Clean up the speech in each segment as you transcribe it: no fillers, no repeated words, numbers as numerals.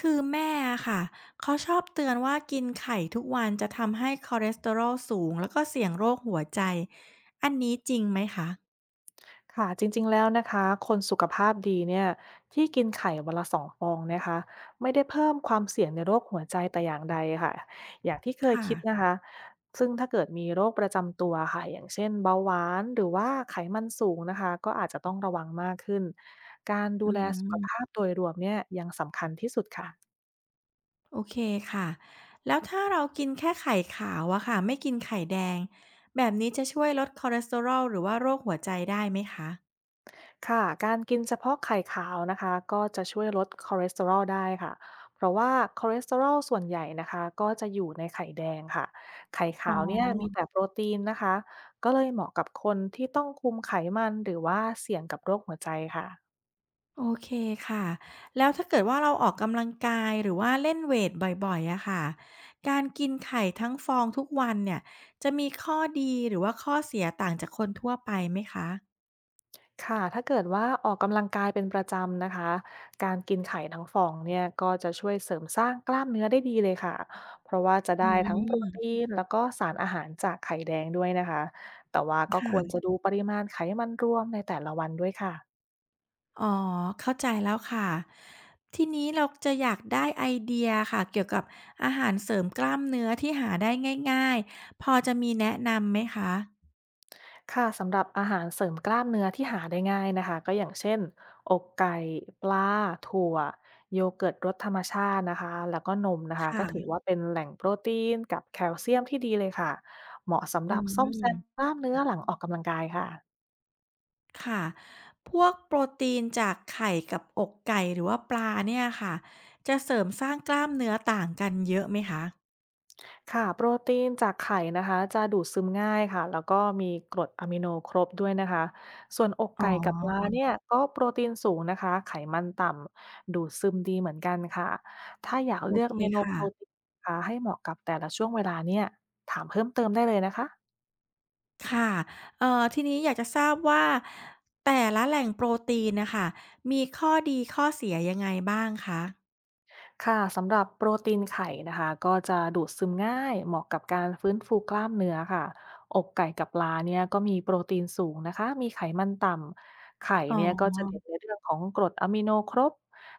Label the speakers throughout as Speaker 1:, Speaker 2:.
Speaker 1: คือแม่อะค่ะเขาชอบเตือนว่ากินไข่ทุกวันจะทำให้คอเลสเตอรอลสูงแล้วก็เสี่ยงโรคหัวใจอันนี้จริงไหมคะ
Speaker 2: ค่ะจริงๆแล้วนะคะคนสุขภาพดีเนี่ยที่กินไข่วันละสองฟองนะคะไม่ได้เพิ่มความเสี่ยงในโรคหัวใจแต่อย่างใดค่ะอย่างที่เคย
Speaker 1: ค่ะ
Speaker 2: คิดนะคะซึ่งถ้าเกิดมีโรคประจำตัวค่ะอย่างเช่นเบาหวานหรือว่าไขมันสูงนะคะก็อาจจะต้องระวังมากขึ้นการดู
Speaker 1: อื
Speaker 2: แลสุขภา
Speaker 1: ม
Speaker 2: พโดยรวมเนี่ยยังสำคัญที่สุดค่ะ
Speaker 1: โอเคค่ะแล้วถ้าเรากินแค่ไข่ขาวอะค่ะไม่กินไข่แดงแบบนี้จะช่วยลดคอเลสเตอรอลหรือว่าโรคหัวใจได้ไหมคะ
Speaker 2: ค่ะการกินเฉพาะไข่ขาวนะคะก็จะช่วยลดคอเลสเตอรอลได้ค่ะ เพราะว่าคอเลสเตอรอลส่วนใหญ่นะคะก็จะอยู่ในไข่แดงค่ะ ไข่
Speaker 1: อ๋อ
Speaker 2: ขาวเนี่ยมีแต่โปรตีนนะคะก็เลยเหมาะกับคนที่ต้องคุมไขมันหรือว่าเสี่ยงกับโรคหัวใจค่ะ
Speaker 1: โอเคค่ะแล้วถ้าเกิดว่าเราออกกำลังกายหรือว่าเล่นเวทบ่อยๆอะค่ะการกินไข่ทั้งฟองทุกวันเนี่ยจะมีข้อดีหรือว่าข้อเสียต่างจากคนทั่วไปไหมคะ
Speaker 2: ค่ะถ้าเกิดว่าออกกำลังกายเป็นประจำนะคะการกินไข่ทั้งฟองเนี่ยก็จะช่วยเสริมสร้างกล้ามเนื้อได้ดีเลยค่ะ เพราะว่าจะ
Speaker 1: อื
Speaker 2: ได้ทั้งโปรตี
Speaker 1: ม
Speaker 2: นแล้วก็สารอาหารจากไข่แดงด้วยนะคะ แต่ว่าก็ควรจะ
Speaker 1: ค่ะ
Speaker 2: ดูปริมาณไขมันรวมในแต่ละวันด้วยค่ะ
Speaker 1: อ๋อเข้าใจแล้วค่ะทีนี้เราจะอยากได้ไอเดียค่ะเกี่ยวกับอาหารเสริมกล้ามเนื้อที่หาได้ง่ายๆพอจะมีแนะนำไหมคะ
Speaker 2: ค่ะสำหรับอาหารเสริมกล้ามเนื้อที่หาได้ง่ายนะคะก็อย่างเช่นอกไก่ปลาถั่วโยเกิร์ตรสธรรมชาตินะคะแล้วก็นมนะคะก็ถือ
Speaker 1: ค่ะ
Speaker 2: ว่าเป็นแหล่งโปรตีนกับแคลเซียมที่ดีเลยค่ะเหมาะสำห
Speaker 1: อื
Speaker 2: รับซ่อมแซมก
Speaker 1: ม
Speaker 2: ล้ามเนื้อหลังออกกำลังกายค่ะ
Speaker 1: ค่ะพวกโปรตีนจากไข่กับอกไก่หรือว่าปลาเนี่ยค่ะจะเสริมสร้างกล้ามเนื้อต่างกันเยอะไหมคะ
Speaker 2: ค่ะโปรตีนจากไข่นะคะจะดูดซึมง่ายค่ะแล้วก็มีกรดอะมิโนครบด้วยนะคะส่วนอก
Speaker 1: อ๋
Speaker 2: ไก่กับปลา
Speaker 1: อ
Speaker 2: เนี่ยก็โปรตีนสูงนะคะไขมันต่ำดูดซึมดีเหมือนกันค่ะถ้าอยาก
Speaker 1: โอ
Speaker 2: เลือก
Speaker 1: เค
Speaker 2: เมนูโปร
Speaker 1: ค่ะ
Speaker 2: ตีนนะคะให้เหมาะกับแต่ละช่วงเวลาเนี่ยถามเพิ่มเติมได้เลยนะคะ
Speaker 1: ค่ะทีนี้อยากจะทราบว่าแต่ละแหล่งโปรตีนน่ะค่ะมีข้อดีข้อเสียยังไงบ้างคะ
Speaker 2: ค่ะสำหรับโปรตีนไข่นะคะก็จะดูดซึมง่ายเหมาะกับการฟื้นฟูกล้ามเนื้อค่ะอกไก่กับปลาเนี่ยก็มีโปรตีนสูงนะคะมีไขมันต่ำไข่
Speaker 1: อ๋อ
Speaker 2: เนี่ยก็จะเด่นในเรื่องของกรดอะมิโนครบ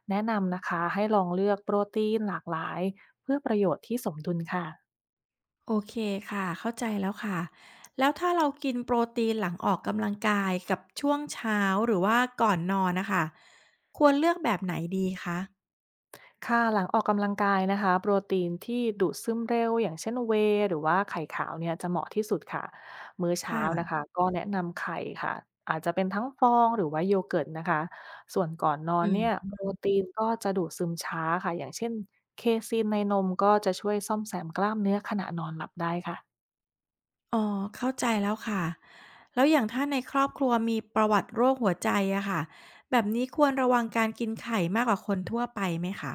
Speaker 2: แนะนำนะคะให้ลองเลือกโปรตีนหลากหลายเพื่อประโยชน์ที่สมดุลค่ะ
Speaker 1: โอเคค่ะเข้าใจแล้วค่ะแล้วถ้าเรากินโปรตีนหลังออกกำลังกายกับช่วงเช้าหรือว่าก่อนนอนน่ะค่ะควรเลือกแบบไหนดีคะ
Speaker 2: ค่ะหลังออกกำลังกายนะคะโปรตีนที่ดูดซึมเร็วอย่างเช่น whey หรือว่าไข่ขาวเนี่ยจะเหมาะที่สุดค่ะมื้อเช้านะ
Speaker 1: ค่ะ
Speaker 2: คะก็แนะนำไข่ค่ะอาจจะเป็นทั้งฟองหรือว่าโยเกิร์ตนะคะส่วนก่อนนอน
Speaker 1: อื
Speaker 2: เนี่ย
Speaker 1: ม
Speaker 2: โปรตีนก็จะดูดซึมช้าค่ะอย่างเช่นเคซีนในนมก็จะช่วยซ่อมแซมกล้ามเนื้อขณะนอนหลับได้ค่ะ
Speaker 1: อ๋อเข้าใจแล้วค่ะแล้วอย่างถ้าในครอบครัวมีประวัติโรคหัวใจอะค่ะแบบนี้ควรระวังการกินไข่มากกว่าคนทั่วไปไหมคะ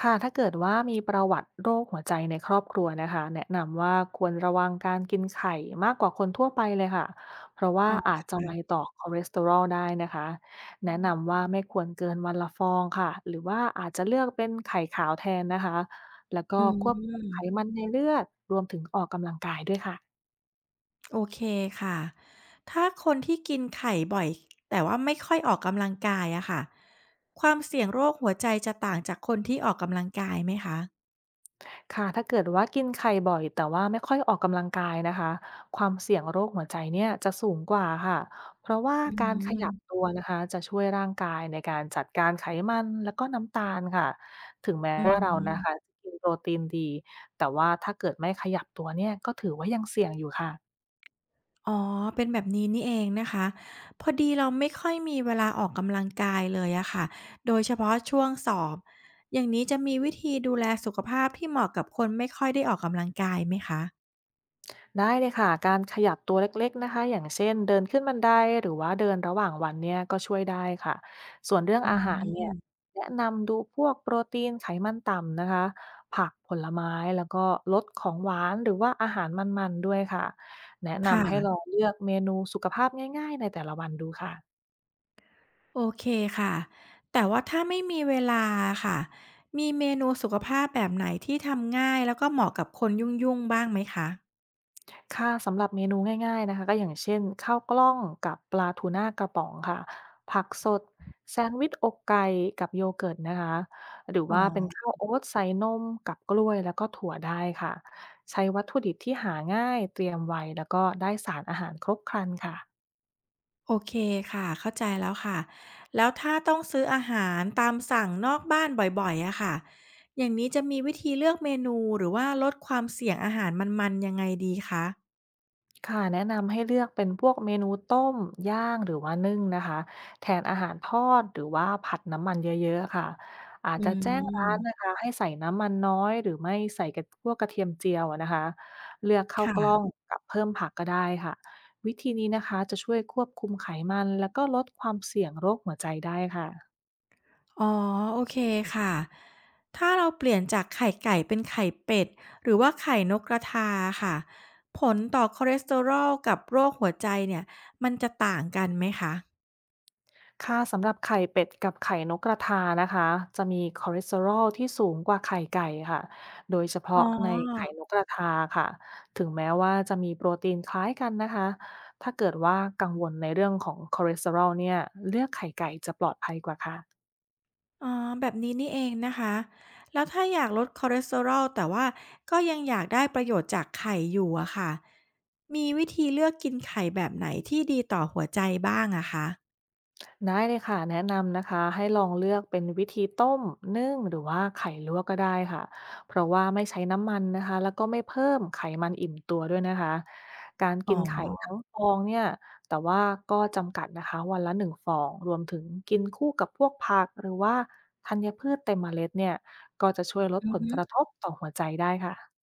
Speaker 2: ค่ะถ้าเกิดว่ามีประวัติโรคหัวใจในครอบครัวนะคะแนะนำว่าควรระวังการกินไข่มากกว่าคนทั่วไปเลยค่ะเพราะว่า
Speaker 1: อ๋อ
Speaker 2: อา
Speaker 1: ค
Speaker 2: จจะไว
Speaker 1: ่ะ
Speaker 2: ต่อคอเลสเตอรอลได้นะคะแนะนำว่าไม่ควรเกินวันละฟองค่ะหรือว่าอาจจะเลือกเป็นไข่ขาวแทนนะคะแล้วก็
Speaker 1: อื
Speaker 2: ควบคุมไข
Speaker 1: ม
Speaker 2: มันในเลือดรวมถึงออกกำลังกายด้วยค่ะ
Speaker 1: โอเคค่ะถ้าคนที่กินไข่บ่อยแต่ว่าไม่ค่อยออกกำลังกายอะค่ะความเสี่ยงโรคหัวใจจะต่างจากคนที่ออกกำลังกายไหมคะ
Speaker 2: ค่ะถ้าเกิดว่ากินไข่บ่อยแต่ว่าไม่ค่อยออกกำลังกายนะคะความเสี่ยงโรคหัวใจเนี่ยจะสูงกว่าค่ะเพราะว่า
Speaker 1: อื
Speaker 2: การข
Speaker 1: ม
Speaker 2: ยับตัวนะคะจะช่วยร่างกายในการจัดการไขมันแล้วก็น้ำตาลค่ะถึงแม้
Speaker 1: อื
Speaker 2: ว่าเรานะคะ
Speaker 1: ม
Speaker 2: จะกินโปรตีนดีแต่ว่าถ้าเกิดไม่ขยับตัวเนี่ยก็ถือว่ายังเสี่ยงอยู่ค่ะ
Speaker 1: อ๋อ เป็นแบบนี้นี่เองนะคะ พอดีเราไม่ค่อยมีเวลาออกกำลังกายเลยอะค่ะ โดยเฉพาะช่วงสอบ อย่างนี้จะมีวิธีดูแลสุขภาพที่เหมาะกับคนไม่ค่อยได้ออกกำลังกายไหมคะ
Speaker 2: ได้เลยค่ะการขยับตัวเล็กๆนะคะอย่างเช่นเดินขึ้นบันไดหรือว่าเดินระหว่างวันเนี่ยก็ช่วยได้ค่ะส่วนเรื่อง
Speaker 1: อื
Speaker 2: อาหาร
Speaker 1: ม
Speaker 2: เนี่ยแนะนำดูพวกโปรตีนไขมันต่ำนะคะผักผลไม้แล้วก็ลดของหวานหรือว่าอาหารมันๆด้วยค่ะแนะนำให้ล
Speaker 1: ค่ะ
Speaker 2: องเลือกเมนูสุขภาพง่ายๆในแต่ละวันดูค่ะ
Speaker 1: โอเคค่ะ แต่ว่าถ้าไม่มีเวลาอะค่ะ มีเมนูสุขภาพแบบไหนที่ทำง่ายแล้วก็เหมาะกับคนยุ่งๆบ้างไหมคะ
Speaker 2: ค่ะสำหรับเมนูง่ายๆนะคะก็อย่างเช่นข้าวกล้องกับปลาทูน่ากระป๋องค่ะผักสดแซนด์วิชอกไก่กับโยเกิร์ตนะคะหรือ
Speaker 1: อ๋อ
Speaker 2: ว่าเป็นข้าวโอ๊ตใส่นมกับกล้วยแล้วก็ถั่วได้ค่ะใช้วัตถุดิบที่หาง่ายเตรียมไวแล้วก็ได้สารอาหารครบครันค่ะ
Speaker 1: โอเคค่ะเข้าใจแล้วค่ะ แล้วถ้าต้องซื้ออาหารตามสั่งนอกบ้านบ่อยๆอะค่ะอย่างนี้จะมีวิธีเลือกเมนูหรือว่าลดความเสี่ยงอาหารมันๆยังไงดีคะ
Speaker 2: ค่ะแนะนำให้เลือกเป็นพวกเมนูต้มย่างหรือว่านึ่งนะคะแทนอาหารทอดหรือว่าผัดน้ำมันเยอะๆค่ะอาจ
Speaker 1: อื
Speaker 2: จะแจ้งร้านนะ
Speaker 1: ม
Speaker 2: คะให้ใส่น้ำมันน้อยหรือไม่ใส่กับพวกกระเทียมเจียวอะนะคะเลือกข้าวกล้อง
Speaker 1: ค่ะ
Speaker 2: กับเพิ่มผักก็ได้ค่ะวิธีนี้นะคะจะช่วยควบคุมไขมันแล้วก็ลดความเสี่ยงโรคหัวใจได้ค่ะ
Speaker 1: อ๋อ โอเคค่ะ ถ้าเราเปลี่ยนจากไข่ไก่เป็นไข่เป็ดหรือว่าไข่นกกระทาค่ะ ผลต่อคอเลสเตอรอลกับโรคหัวใจเนี่ยมันจะต่างกันไหมคะ
Speaker 2: ค่ะสำหรับไข่เป็ดกับไข่นกกระทานะคะจะมีคอเลสเตอรอลที่สูงกว่าไข่ไก่ค่ะโดยเฉ
Speaker 1: อ๋อ
Speaker 2: พาะในไข่นกกระทาค่ะถึงแม้ว่าจะมีโปรตีนคล้ายกันนะคะถ้าเกิดว่ากังวลในเรื่องของคอเลสเตอรอลเนี่ยเลือกไข่ไก่จะปลอดภัยกว่าค่ะ
Speaker 1: อ๋อแบบนี้นี่เองนะคะแล้วถ้าอยากลดคอเลสเตอรอลแต่ว่าก็ยังอยากได้ประโยชน์จากไข่อยู่อะค่ะมีวิธีเลือกกินไข่แบบไหนที่ดีต่อหัวใจบ้างอะคะ
Speaker 2: ได้เลยค่ะแนะนำนะคะให้ลองเลือกเป็นวิธีต้มนึ่งหรือว่าไข่ลวกก็ได้ค่ะเพราะว่าไม่ใช้น้ำมันนะคะแล้วก็ไม่เพิ่มไขมันอิ่มตัวด้วยนะคะการ
Speaker 1: อ๋
Speaker 2: กิ
Speaker 1: อ
Speaker 2: นไข่ทั้งฟองเนี่ยแต่ว่าก็จำกัดนะคะวันละหนึ่งฟองรวมถึงกินคู่กับพวกผักหรือว่าธัญพืชเต็มเมล็ดเนี่ยก็จะช่วยลด
Speaker 1: อื
Speaker 2: ผ
Speaker 1: อ
Speaker 2: ล
Speaker 1: ฮึ
Speaker 2: กระทบต่อหัวใจได้ค่ะ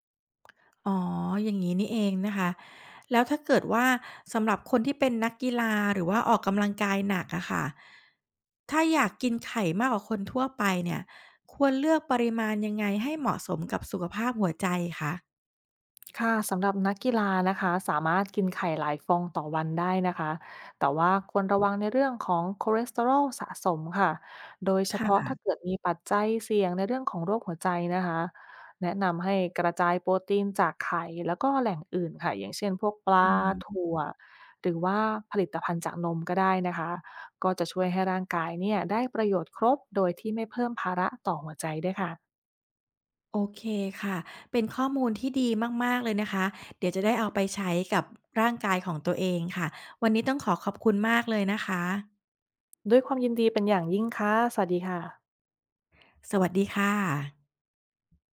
Speaker 1: อ๋ออย่างงี้นี่เองนะคะแล้วถ้าเกิดว่าสำหรับคนที่เป็นนักกีฬาหรือว่าออกกำลังกายหนักอะค่ะถ้าอยากกินไข่มากกว่าคนทั่วไปเนี่ยควรเลือกปริมาณยังไงให้เหมาะสมกับสุขภาพหัวใจคะ
Speaker 2: ค่ะสำหรับนักกีฬานะคะสามารถกินไข่หลายฟองต่อวันได้นะคะแต่ว่าควรระวังในเรื่องของคอเลสเตอรอลสะสมค่ะโดยเฉ
Speaker 1: ค
Speaker 2: พาะ
Speaker 1: ่ะ
Speaker 2: ถ้าเกิดมีปัจจัยเสี่ยงในเรื่องของโรคหัวใจนะคะแนะนำให้กระจายโปรตีนจากไข่แล้วก็แหล่งอื่นค่ะอย่างเช่นพวกป
Speaker 1: อื
Speaker 2: ลา
Speaker 1: ม
Speaker 2: ถั่วหรือว่าผลิตภัณฑ์จากนมก็ได้นะคะก็จะช่วยให้ร่างกายเนี่ยได้ประโยชน์ครบโดยที่ไม่เพิ่มภาระต่อหัวใจด้วยค่ะ
Speaker 1: โอเคค่ะ เป็นข้อมูลที่ดีมากๆเลยนะคะ เดี๋ยวจะได้เอาไปใช้กับร่างกายของตัวเองค่ะ วันนี้ต้องขอขอบคุณมากเลยนะคะ
Speaker 2: ด้วยความยินดีเป็นอย่างยิ่งค่ะสวัสดีค่ะ
Speaker 1: สวัสดีค่ะ